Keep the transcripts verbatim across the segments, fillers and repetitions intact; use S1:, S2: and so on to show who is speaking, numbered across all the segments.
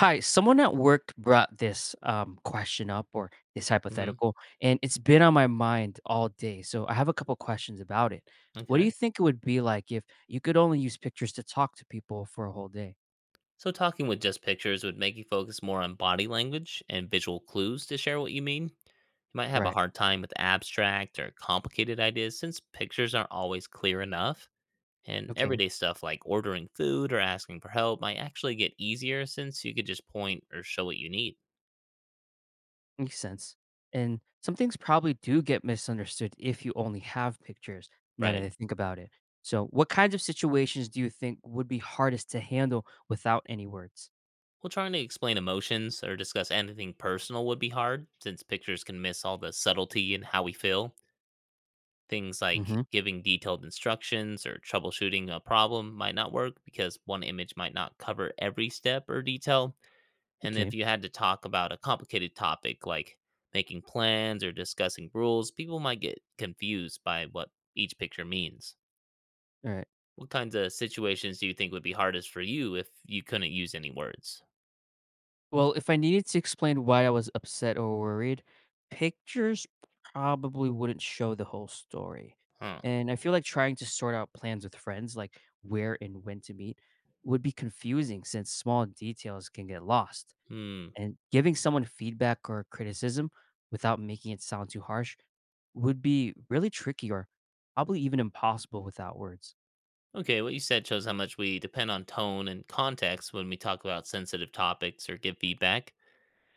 S1: Hi, someone at work brought this um, question up, or this
S2: Mhm.
S1: hypothetical, and it's been on my mind all day. So I have a couple questions about it. What do
S2: Okay.
S1: you think it would be like if you could only use pictures to talk to people for a whole day?
S2: So talking with just pictures would make you focus more on body language and visual clues to share what you mean. You might have a
S1: Right.
S2: hard time with abstract or complicated ideas since pictures aren't always clear enough. And
S1: Okay.
S2: everyday stuff like ordering food or asking for help might actually get easier since you could just point or show what you need.
S1: Makes sense. And some things probably do get misunderstood if you only have pictures, now that
S2: Right.
S1: I think about it. So, what kinds of situations do you think would be hardest to handle without any words?
S2: Well, trying to explain emotions or discuss anything personal would be hard since pictures can miss all the subtlety in how we feel. Things like
S1: hmm
S2: giving detailed instructions or troubleshooting a problem might not work because one image might not cover every step or detail. And if
S1: Okay.
S2: you had to talk about a complicated topic like making plans or discussing rules, people might get confused by what each picture means.
S1: All right.
S2: What kinds of situations do you think would be hardest for you if you couldn't use any words?
S1: Well, if I needed to explain why I was upset or worried, pictures probably wouldn't show the whole story.
S2: Huh.
S1: And I feel like trying to sort out plans with friends, like where and when to meet, would be confusing since small details can get lost.
S2: Hmm.
S1: And giving someone feedback or criticism without making it sound too harsh would be really tricky, or probably even impossible without words.
S2: Okay, what you said shows how much we depend on tone and context when we talk about sensitive topics or give feedback.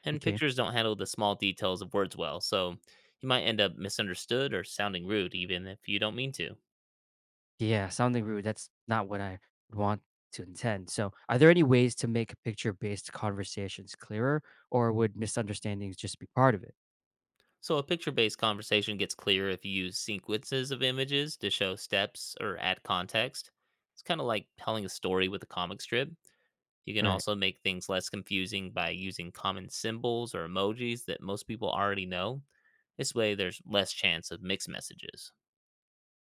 S2: And
S1: Okay.
S2: pictures don't handle the small details of words well, so you might end up misunderstood or sounding rude even if you don't mean to.
S1: Yeah, sounding rude. That's not what I would want to intend. So, are there any ways to make picture-based conversations clearer, or would misunderstandings just be part of it?
S2: So, a picture based conversation gets clearer if you use sequences of images to show steps or add context. It's kind of like telling a story with a comic strip. You can
S1: Right.
S2: also make things less confusing by using common symbols or emojis that most people already know. This way, there's less chance of mixed messages.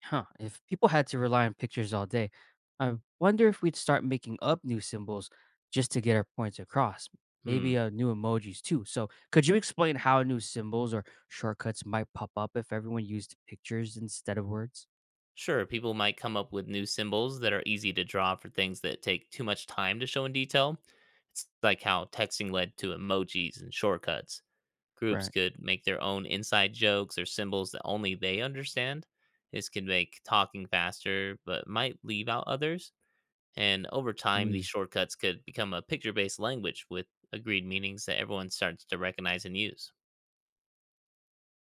S1: Huh. If people had to rely on pictures all day, I wonder if we'd start making up new symbols just to get our points across.
S2: Hmm.
S1: Maybe uh, new emojis too. So, could you explain how new symbols or shortcuts might pop up if everyone used pictures instead of words?
S2: Sure, people might come up with new symbols that are easy to draw for things that take too much time to show in detail. It's like how texting led to emojis and shortcuts. Groups
S1: Right.
S2: could make their own inside jokes or symbols that only they understand. This can make talking faster, but might leave out others. And over time, these shortcuts could become a picture based language with agreed meanings that everyone starts to recognize and use.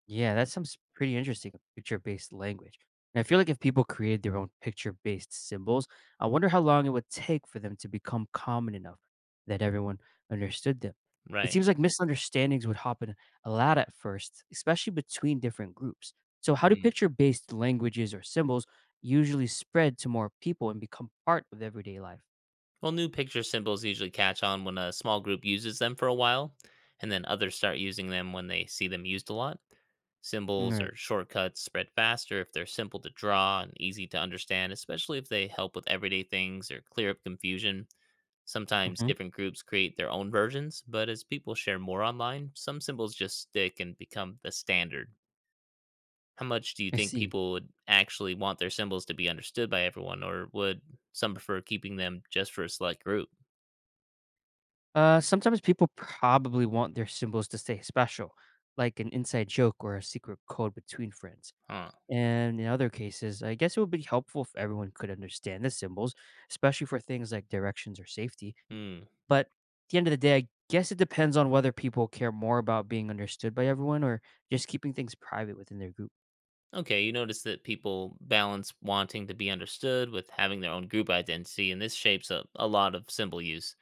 S1: Yeah, that sounds pretty interesting, a picture-based language. And I feel like if people created their own picture-based symbols, I wonder how long it would take for them to become common enough that everyone understood them. It
S2: Right.
S1: seems like misunderstandings would happen a lot at first, especially between different groups. So how do picture-based languages or symbols usually spread to more people and become part of everyday life?
S2: Well, new picture symbols usually catch on when a small group uses them for a while, and then others start using them when they see them used a lot.
S1: All
S2: Symbols
S1: right.
S2: or shortcuts spread faster if they're simple to draw and easy to understand, especially if they help with everyday things or clear up confusion. Sometimes
S1: Mm-hmm.
S2: different groups create their own versions, but as people share more online, some symbols just stick and become the standard. How much do you
S1: I
S2: think
S1: see.
S2: people would actually want their symbols to be understood by everyone, or would some prefer keeping them just for a select group?
S1: Uh, sometimes people probably want their symbols to stay special, like an inside joke or a secret code between friends.
S2: Huh.
S1: And in other cases, I guess it would be helpful if everyone could understand the symbols, especially for things like directions or safety.
S2: Hmm.
S1: But at the end of the day, I guess it depends on whether people care more about being understood by everyone or just keeping things private within their group.
S2: Okay, you notice that people balance wanting to be understood with having their own group identity, and this shapes up a lot of symbol use.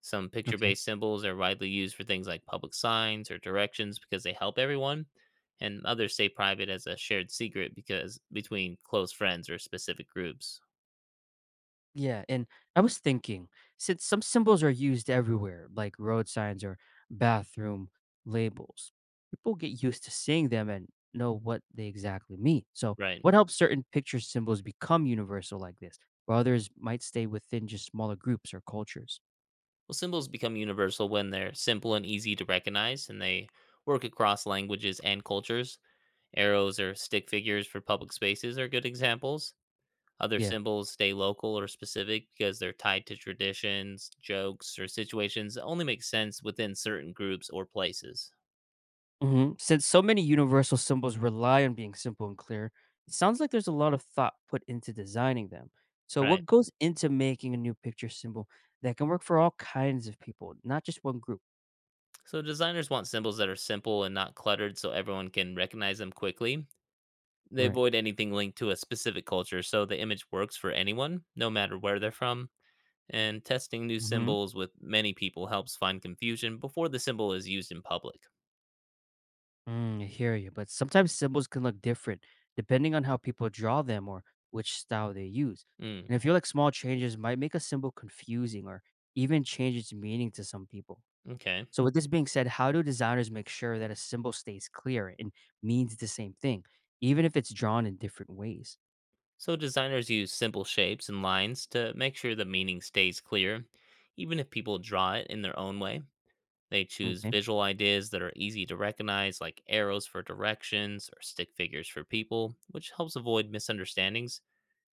S2: Some picture
S1: Okay.
S2: based symbols are widely used for things like public signs or directions because they help everyone, and others stay private as a shared secret because between close friends or specific groups.
S1: Yeah, and I was thinking, since some symbols are used everywhere, like road signs or bathroom labels, people get used to seeing them and know what they exactly mean. So,
S2: Right.
S1: what helps certain picture symbols become universal like this, while others might stay within just smaller groups or cultures?
S2: Well, symbols become universal when they're simple and easy to recognize, and they work across languages and cultures. Arrows or stick figures for public spaces are good examples. Other
S1: Yeah.
S2: symbols stay local or specific because they're tied to traditions, jokes, or situations that only make sense within certain groups or places.
S1: Mhm. Since so many universal symbols rely on being simple and clear, it sounds like there's a lot of thought put into designing them. So,
S2: Right.
S1: what goes into making a new picture symbol that can work for all kinds of people, not just one group?
S2: So designers want symbols that are simple and not cluttered so everyone can recognize them quickly. They
S1: Right.
S2: avoid anything linked to a specific culture so the image works for anyone, no matter where they're from. And testing new
S1: Hmm.
S2: symbols with many people helps find confusion before the symbol is used in public.
S1: Mm, I hear you. But sometimes symbols can look different depending on how people draw them, or which style they use.
S2: Mm,
S1: And I feel like small changes might make a symbol confusing, or even change its meaning to some people.
S2: okay.
S1: So, with this being said, how do designers make sure that a symbol stays clear and means the same thing, even if it's drawn in different ways?
S2: So designers use simple shapes and lines to make sure the meaning stays clear, even if people draw it in their own way. They choose
S1: Okay,
S2: visual ideas that are easy to recognize, like arrows for directions or stick figures for people, which helps avoid misunderstandings.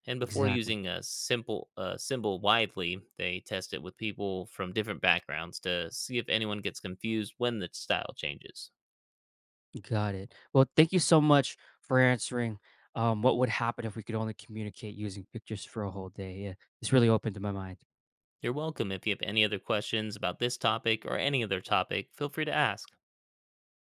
S2: And before
S1: exactly.
S2: using a simple uh, symbol widely, they test it with people from different backgrounds to see if anyone gets confused when the style changes.
S1: Got it. Well, thank you so much for answering. Um, what would happen if we could only communicate using pictures for a whole day? Yeah, this really opened my mind.
S2: You're welcome. If you have any other questions about this topic or any other topic, feel free to ask.